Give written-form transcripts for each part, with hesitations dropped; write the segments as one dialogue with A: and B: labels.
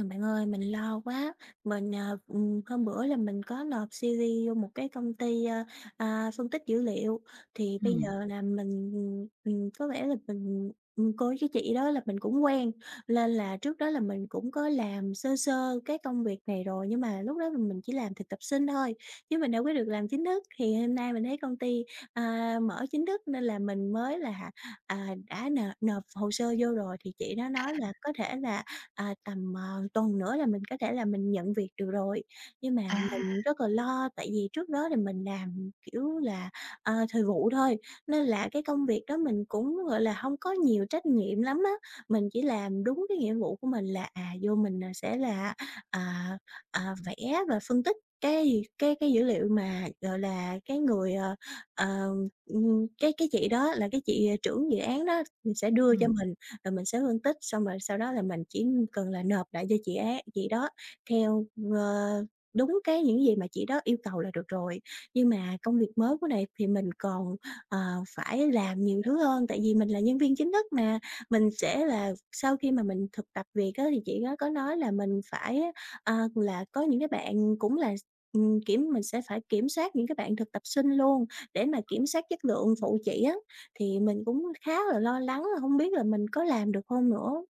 A: Bạn ơi, mình lo quá, hôm bữa là mình có nộp CV vô một cái công ty, phân tích dữ liệu, thì bây
B: Ừm,
A: giờ là mình, ừm, có vẻ là mình cô với cái chị đó là mình cũng quen, nên là trước đó là mình cũng có làm sơ sơ cái công việc này rồi, nhưng mà lúc đó mình chỉ làm thực tập sinh thôi, chứ mình đâu có được làm chính thức. Thì hôm nay mình thấy công ty, mở chính thức nên là mình mới là, đã nộp nộp hồ sơ vô rồi, thì chị nó nói là có thể là tầm, tuần nữa là mình có thể là mình nhận việc được rồi. Nhưng mà
B: à,
A: mình rất là lo tại vì trước đó thì mình làm, kiểu là, thời vụ thôi, nên là cái công việc đó mình cũng, gọi là, không có nhiều trách nhiệm lắm á. Mình chỉ làm đúng cái nghĩa vụ của mình là, vô mình, sẽ là, à, vẽ và phân tích cái gì cái dữ liệu mà, gọi là, cái người, ờ, cái chị đó là cái chị, trưởng dự án đó, sẽ đưa
B: ừm,
A: cho mình rồi mình sẽ phân tích, xong rồi sau đó là mình chỉ cần là nộp lại cho chị đó theo, ờ, đúng cái những gì mà chị đó yêu cầu là được rồi. Nhưng mà công việc mới của này thì mình còn, ờ, phải làm nhiều thứ hơn, tại vì mình là nhân viên chính thức mà, mình sẽ là sau khi mà mình thực tập việc á thì chị đó có nói là mình phải, là có những cái bạn cũng là kiểm mình sẽ phải kiểm soát những cái bạn thực tập sinh luôn để mà kiểm soát chất lượng phụ chị á thì mình cũng khá là lo lắng là hông biết là mình có làm được không nữa.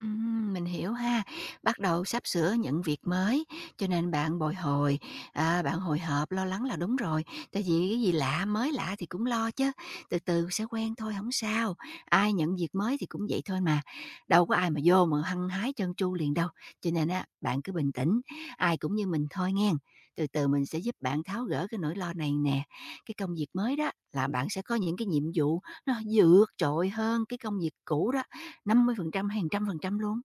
B: mình hiểu ha. Bắt đầu sắp sửa nhận việc mới, cho nên bạn bồi hồi, bạn hồi hộp, lo lắng là đúng rồi, tại vì cái gì lạ, mới lạ thì cũng lo chứ, từ từ sẽ quen thôi, không sao, ai nhận việc mới thì cũng vậy thôi mà, đâu có ai mà vô mà hăng hái trơn tru liền đâu. Cho nên á, bạn cứ bình tĩnh, ai cũng như mình thôi nghe, từ từ mình sẽ giúp bạn tháo gỡ cái nỗi lo này nè. Cái công việc mới đó là bạn sẽ có những cái nhiệm vụ nó vượt trội hơn cái công việc cũ đó, 50% hay 100% luôn?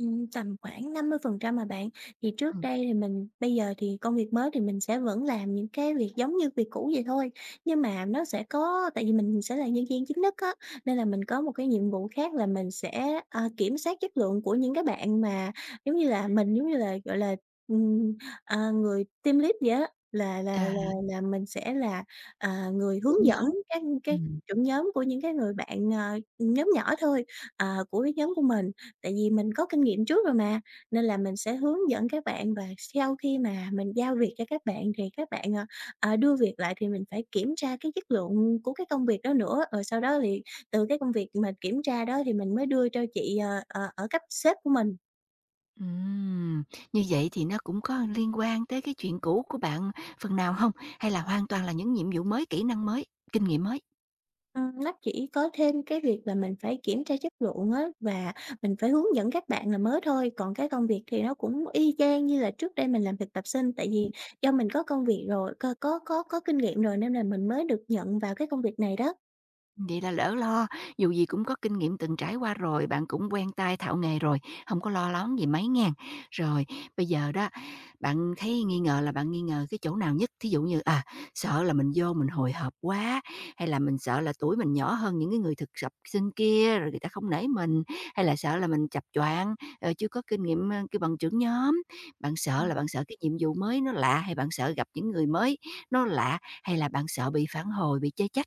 A: Tầm khoảng 50% mà bạn. Thì trước
B: Ừm.
A: đây thì mình bây giờ thì công việc mới thì mình sẽ vẫn làm những cái việc giống như việc cũ vậy thôi, nhưng mà nó sẽ có tại vì mình sẽ là nhân viên chính thức á, nên là mình có một cái nhiệm vụ khác là mình sẽ, kiểm soát chất lượng của những cái bạn mà, giống như là, mình giống như là, gọi là, ừm, người team lead vậy á,
B: À,
A: là mình sẽ là, người hướng
B: trưởng
A: dẫn
B: nhóm.
A: các cái
B: Ừm.
A: trưởng nhóm của những cái người bạn, nhóm nhỏ thôi, của cái nhóm của mình. Tại vì mình có kinh nghiệm trước rồi mà, nên là mình sẽ hướng dẫn các bạn và sau khi mà mình giao việc cho các bạn thì các bạn, đưa việc lại thì mình phải kiểm tra cái chất lượng của cái công việc đó nữa. Rồi sau đó thì từ cái công việc mình kiểm tra đó thì mình mới đưa cho chị, ở cấp sếp của mình.
B: Ừm, như vậy thì nó cũng có liên quan tới cái chuyện cũ của bạn phần nào không? Hay là hoàn toàn là những nhiệm vụ mới, kỹ năng mới, kinh nghiệm mới?
A: Nó chỉ có thêm cái việc là mình phải kiểm tra chất lượng á, và mình phải hướng dẫn các bạn là mới thôi, còn cái công việc thì nó cũng y chang như là trước đây mình làm thực tập sinh. Tại vì do mình có công việc rồi, có kinh nghiệm rồi nên là mình mới được nhận vào cái công việc này đó.
B: Vậy là đỡ lo, dù gì cũng có kinh nghiệm từng trải qua rồi, bạn cũng quen tay thạo nghề rồi, không có lo lắng gì mấy ngàn. Rồi, bây giờ đó, bạn thấy nghi ngờ là bạn nghi ngờ cái chỗ nào nhất? Thí dụ như, sợ là mình vô mình hồi hộp quá, hay là mình sợ là tuổi mình nhỏ hơn những cái người thực tập sinh kia rồi người ta không nể mình, hay là sợ là mình chập choạng, chưa có kinh nghiệm, kêu bằng trưởng nhóm? Bạn sợ là bạn sợ cái nhiệm vụ mới nó lạ, hay bạn sợ gặp những người mới nó lạ, hay là bạn sợ bị phản hồi, bị chê trách?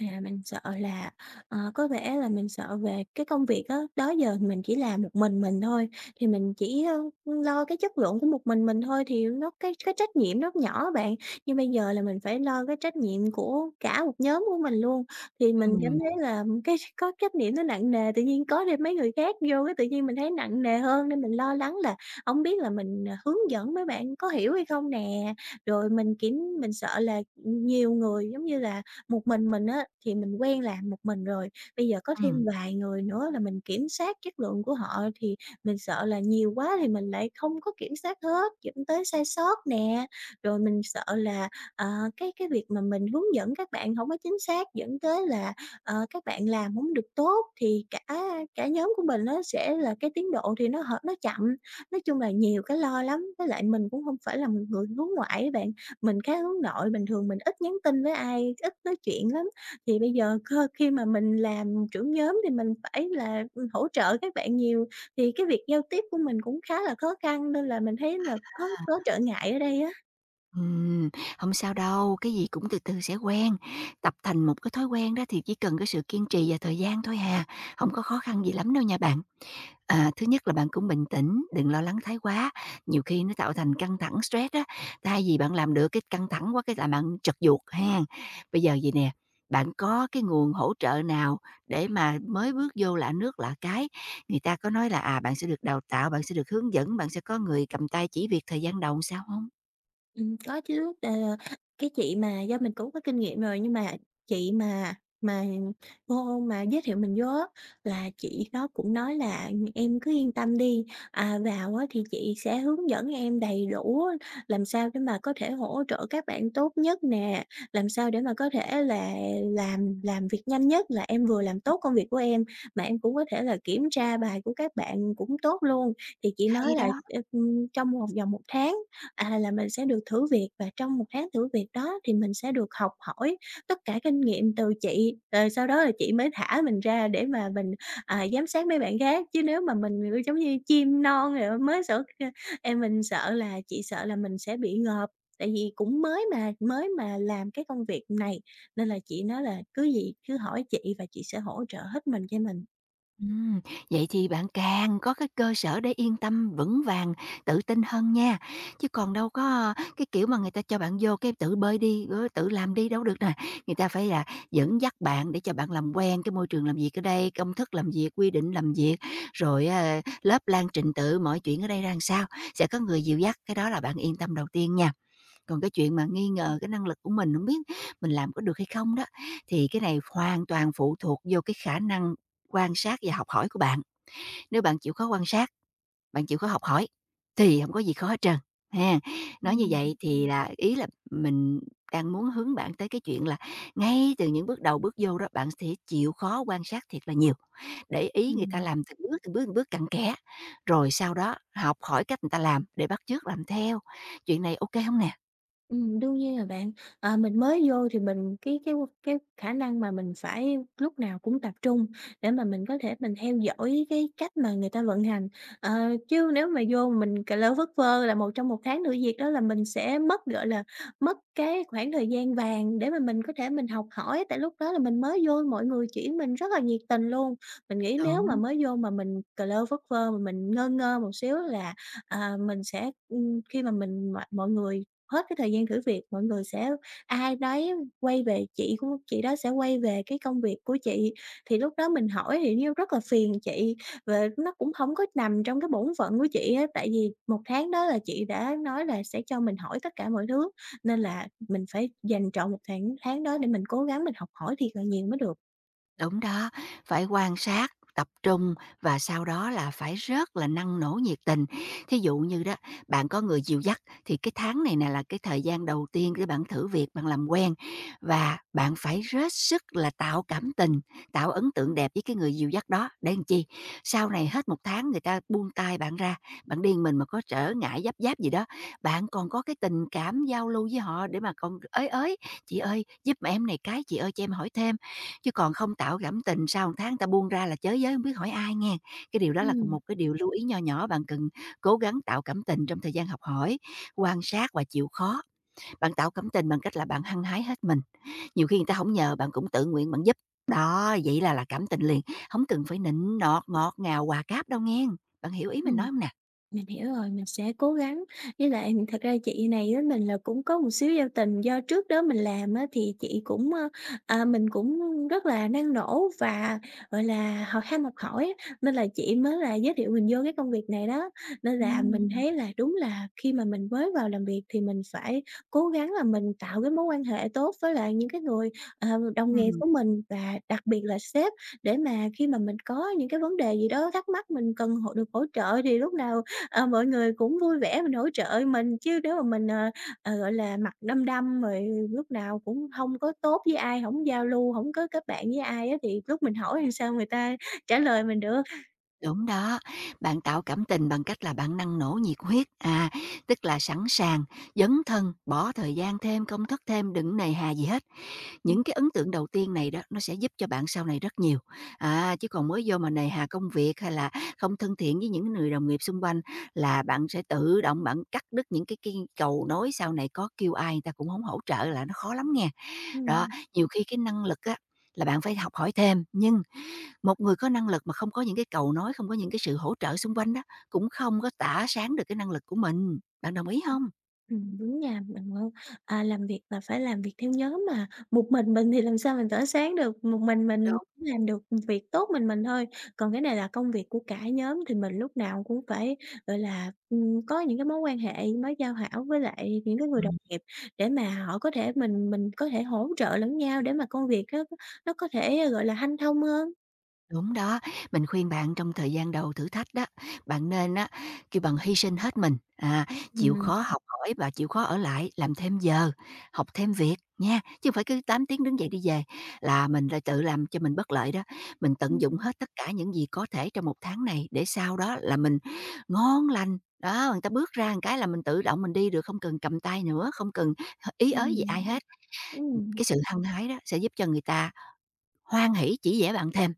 A: Mình sợ là, có vẻ là mình sợ về cái công việc đó. Đó giờ thì mình chỉ làm một mình thôi, thì mình chỉ, lo cái chất lượng của một mình thôi thì nó cái trách nhiệm nó nhỏ bạn. Nhưng bây giờ là mình phải lo cái trách nhiệm của cả một nhóm của mình luôn, thì mình cảm
B: Ừm,
A: thấy là cái có trách nhiệm nó nặng nề, tự nhiên có thêm mấy người khác vô cái tự nhiên mình thấy nặng nề hơn nên mình lo lắng là hổng biết là mình, hướng dẫn mấy bạn có hiểu hay không nè. Rồi mình kiểm mình sợ là nhiều người, giống như là một mình á, thì mình quen làm một mình rồi, bây giờ có thêm
B: ừm.
A: vài người nữa là mình kiểm soát chất lượng của họ thì mình sợ là nhiều quá thì mình lại không có kiểm soát hết, dẫn tới sai sót nè. Rồi mình sợ là, ờ, cái việc mà mình hướng dẫn các bạn không có chính xác, dẫn tới là, các bạn làm không được tốt thì cả cả nhóm của mình nó sẽ là cái tiến độ thì nó chậm. Nói chung là nhiều cái lo lắm, với lại mình cũng không phải là một người hướng ngoại ấy bạn. Mình khá hướng nội, bình thường mình ít nhắn tin với ai, ít nói chuyện lắm, thì bây giờ khi mà mình làm trưởng nhóm thì mình phải là, hỗ trợ các bạn nhiều, thì cái việc giao tiếp của mình cũng khá là khó khăn nên là mình thấy là có trở ngại ở đây á.
B: Ừm, hông sao đâu, cái gì cũng từ từ sẽ quen. Tập thành một cái thói quen đó thì chỉ cần cái sự kiên trì và thời gian thôi hà, không có khó khăn gì lắm đâu nha bạn. Thứ nhất là bạn cũng bình tĩnh, đừng lo lắng thái quá, nhiều khi nó tạo thành căng thẳng stress á, thay vì bạn làm được cái căng thẳng quá cái là bạn trật ruột ha. Bây giờ vầy nè, bạn có cái nguồn hỗ trợ nào để mà mới bước vô lạ nước lạ cái, người ta có nói là, bạn sẽ được đào tạo, bạn sẽ được hướng dẫn, bạn sẽ có người cầm tay chỉ việc thời gian đầu sao không?
A: Có chứ, cái chị mà do mình cũng có kinh nghiệm rồi, nhưng mà chị mà cô mà giới thiệu mình vô á, là chị đó cũng nói là, "Em cứ yên tâm đi, vào á thì chị sẽ hướng dẫn em đầy đủ á, làm sao để mà có thể hỗ trợ các bạn tốt nhất nè, làm sao để mà có thể là làm việc nhanh nhất, là em vừa làm tốt công việc của em, mà em cũng có thể là kiểm tra bài của các bạn cũng tốt luôn." Thì chị
B: Hay
A: nói là,
B: đó.
A: trong một vòng một tháng là mình sẽ được thử việc và trong một tháng thử việc đó thì mình sẽ được học hỏi tất cả kinh nghiệm từ chị, rồi sau đó là chị mới thả mình ra để mà mình, giám sát mấy bạn khác. Chứ nếu mà mình, kiểu, giống như chim non rồi mới sợ mình sợ là chị sợ là mình sẽ bị ngợp, tại vì cũng mới mà làm cái công việc này, nên là chị nói là cứ gì cứ hỏi chị và chị sẽ hỗ trợ hết mình cho mình.
B: Ừm, vậy thì bạn càng có cái cơ sở để yên tâm vững vàng, tự tin hơn nha, chứ còn đâu có, cái kiểu mà người ta cho bạn vô cái tự bơi đi, rồi tự làm đi đâu được nè. Người ta phải là dẫn dắt bạn để cho bạn làm quen cái môi trường làm việc ở đây, công thức làm việc, quy định làm việc, rồi á, lớp lan trình tự mọi chuyện ở đây ra làm sao, sẽ có người dìu dắt, cái đó là bạn yên tâm đầu tiên nha. Còn cái chuyện mà nghi ngờ cái năng lực của mình, không biết mình làm có được hay không đó, thì cái này hoàn toàn phụ thuộc vô cái khả năng quan sát và học hỏi của bạn. Nếu bạn chịu khó quan sát, bạn chịu khó học hỏi thì không có gì khó hết trơn, ha. Nói như
A: Ừm,
B: vậy thì là ý là mình đang muốn hướng bạn tới cái chuyện là ngay từ những bước đầu bước vô đó, bạn sẽ chịu khó quan sát thiệt là nhiều, để ý người ta
A: ừm.
B: làm từng bước, từng bước, từng bước cặn kẽ, rồi sau đó học hỏi cách người ta làm để bắt chước làm theo. Chuyện này ok không nè?
A: Đương nhiên rồi bạn. Mình mới vô thì mình cái khả năng mà mình phải lúc nào cũng tập trung để mà mình có thể mình theo dõi cái cách mà người ta vận hành. Ờ, chứ nếu mà vô mình cà lơ phất phơ là một trong một tháng nửa việc đó là mình sẽ mất, gọi là, mất cái khoảng thời gian vàng để mà mình có thể mình học hỏi, tại lúc đó là mình mới vô mọi người chỉ mình rất là nhiệt tình luôn. Mình nghĩ nếu mà
B: Đúng.
A: mới vô mà mình cà lơ phất phơ, mà mình ngơ ngơ một xíu là, mình sẽ khi mà mình mà mọi người hết cái thời gian thử việc, mọi người sẽ ai đấy quay về chị của chị đó sẽ quay về cái công việc của chị, thì lúc đó mình hỏi thì nó rất là phiền chị, và nó cũng không có nằm trong cái bổn phận của chị á. Tại vì một tháng đó là chị đã nói là sẽ cho mình hỏi tất cả mọi thứ, nên là mình phải dành trọn một tháng tháng đó để mình cố gắng mình học hỏi thiệt là nhiều mới được.
B: Đúng đó, phải quan sát, tập trung và sau đó là phải rất là năng nổ nhiệt tình. Thí dụ như đó, bạn có người dìu dắt thì cái tháng này nè là cái thời gian đầu tiên để bạn thử việc, bạn làm quen và bạn phải rất sức là tạo cảm tình, tạo ấn tượng đẹp với cái người dìu dắt đó để làm chi. Sau này hết một tháng người ta buông tay bạn ra, bạn điên mình mà có trở ngại giáp giáp gì đó, bạn còn có cái tình cảm giao lưu với họ để mà còn ới ới, chị ơi giúp em này cái, chị ơi cho em hỏi thêm. Chứ còn không tạo cảm tình sau một tháng ta buông ra là chới giới không biết hỏi ai nghe. Cái điều đó là
A: Ừm.
B: một cái điều lưu ý nho nhỏ, bạn cần cố gắng tạo cảm tình trong thời gian học hỏi, quan sát và chịu khó. Bạn tạo cảm tình bằng cách là bạn hăng hái hết mình, nhiều khi người ta không nhờ bạn cũng tự nguyện bạn giúp. Đó, vậy là cảm tình liền, không cần phải nịnh nọt, ngọt ngào, hòa cáp đâu nghe. Bạn hiểu ý mình
A: Ừm.
B: nói không nè?
A: Mình hiểu rồi, mình sẽ cố gắng. Với lại thật ra chị này với mình là cũng có một xíu giao tình, do trước đó mình làm á thì chị cũng, mình cũng rất là năng nổ và, gọi là, ham học hỏi á, nên là chị mới là giới thiệu mình vô cái công việc này đó. Nên là mình
B: Ừm.
A: thấy là đúng là khi mà mình mới vào làm việc thì mình phải cố gắng là mình tạo cái mối quan hệ tốt với lại những cái người, ờ, đồng nghiệp
B: Ừm.
A: của mình và đặc biệt là sếp, để mà khi mà mình có những cái vấn đề gì đó thắc mắc mình cần được hỗ trợ thì lúc nào mọi người cũng vui vẻ mình hỗ trợ mình, chứ nếu mà mình, gọi là, mặt đăm đăm rồi lúc nào cũng không có tốt với ai, không giao lưu, không có kết bạn với ai á, thì lúc mình hỏi làm sao người ta trả lời mình được.
B: Đúng đó, bạn tạo cảm tình bằng cách là bạn năng nổ nhiệt huyết, tức là sẵn sàng dấn thân, bỏ thời gian thêm, công thức thêm, đừng nề hà gì hết.
A: Ừm,
B: Những cái ấn tượng đầu tiên này đó nó sẽ giúp cho bạn sau này rất nhiều. Chứ còn mới vô mà nề hà công việc hay là không thân thiện với những người đồng nghiệp xung quanh là bạn sẽ tự động bạn cắt đứt những cái cầu nối sau này có kêu ai người ta cũng không hỗ trợ là nó khó lắm nghe. Đó,
A: ừm.
B: nhiều khi cái năng lực á là bạn phải học hỏi thêm nhưng một người có năng lực mà không có những cái cầu nối, không có những cái sự hỗ trợ xung quanh đó cũng không có tỏa sáng được cái năng lực của mình. Bạn đồng ý hông?
A: Đúng nha, bạn ơi. Làm việc là phải làm việc theo nhóm mà, một mình thì làm sao mình tỏa sáng được, một mình
B: Đúng.
A: làm được việc tốt mình thôi. Còn cái này là công việc của cả nhóm thì mình lúc nào cũng phải, gọi là, có những cái mối quan hệ, mối giao hảo với lại những cái người đồng
B: Ừm.
A: nghiệp để mà họ có thể mình có thể hỗ trợ lẫn nhau để mà công việc nó có thể, gọi là, hanh thông hơn.
B: Đúng đó, mình khuyên bạn trong thời gian đầu thử thách đó, bạn nên á, kêu bằng hy sinh hết mình, chịu
A: Ừm.
B: khó học hỏi và chịu khó ở lại làm thêm giờ, học thêm việc nha, chứ không phải cứ 8 tiếng đứng dậy đi về là mình lại tự làm cho mình bất lợi đó. Mình tận
A: Ừm,
B: dụng hết tất cả những gì có thể trong một tháng này để sau đó là mình ngon lành, đó, người ta bước ra một cái là mình tự động mình đi được, không cần cầm tay nữa, không cần ý ới gì ai
A: ừm,
B: hết. Cái sự hăng hái đó sẽ giúp cho người ta hoan hỉ chỉ vẽ bạn thêm.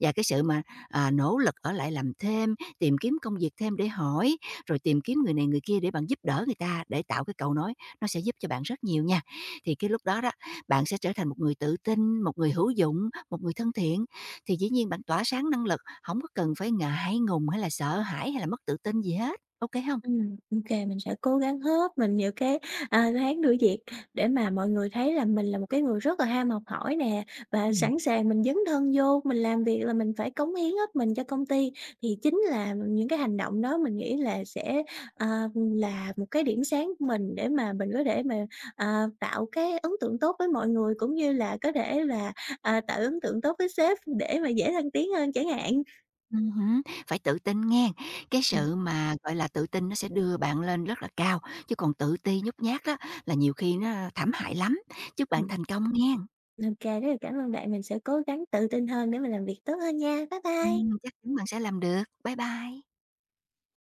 B: Và cái sự mà, nỗ lực ở lại làm thêm, tìm kiếm công việc thêm để hỏi, rồi tìm kiếm người này người kia để bạn giúp đỡ người ta, để tạo cái cầu nối, nó sẽ giúp cho bạn rất nhiều nha. Thì cái lúc đó đó, bạn sẽ trở thành một người tự tin, một người hữu dụng, một người thân thiện, thì dĩ nhiên bạn tỏa sáng năng lực, không có cần phải ngại ngùng hay là sợ hãi hay là mất tự tin gì hết. OK không?
A: Ô mình sẽ cố gắng hết mình những cái, tháng đuổi việc để mà mọi người thấy là mình là một cái người rất là ham học hỏi nè, và
B: Ừm.
A: sẵn sàng mình dấn thân vô, mình làm việc là mình phải cống hiến hết mình cho công ty. Thì chính là những cái hành động đó mình nghĩ là sẽ, là một cái điểm sáng của mình để mà mình có thể mà, tạo cái ấn tượng tốt với mọi người, cũng như là có thể là, tạo ấn tượng tốt với sếp để mà dễ thăng tiến hơn chẳng hạn.
B: Hứm, phải tự tin nghen. Cái sự mà, gọi là, tự tin nó sẽ đưa bạn lên rất là cao, chứ còn tự ti, nhút nhát đó là nhiều khi nó thảm hại lắm. Chúc bạn
A: Ừm.
B: thành công nghen.
A: Ô kê, rất là cảm ơn bạn, mình sẽ cố gắng tự tin hơn để mà làm việc tốt hơn nha. Bye bye.
B: Chắc chắn bạn sẽ làm được. Bye bye.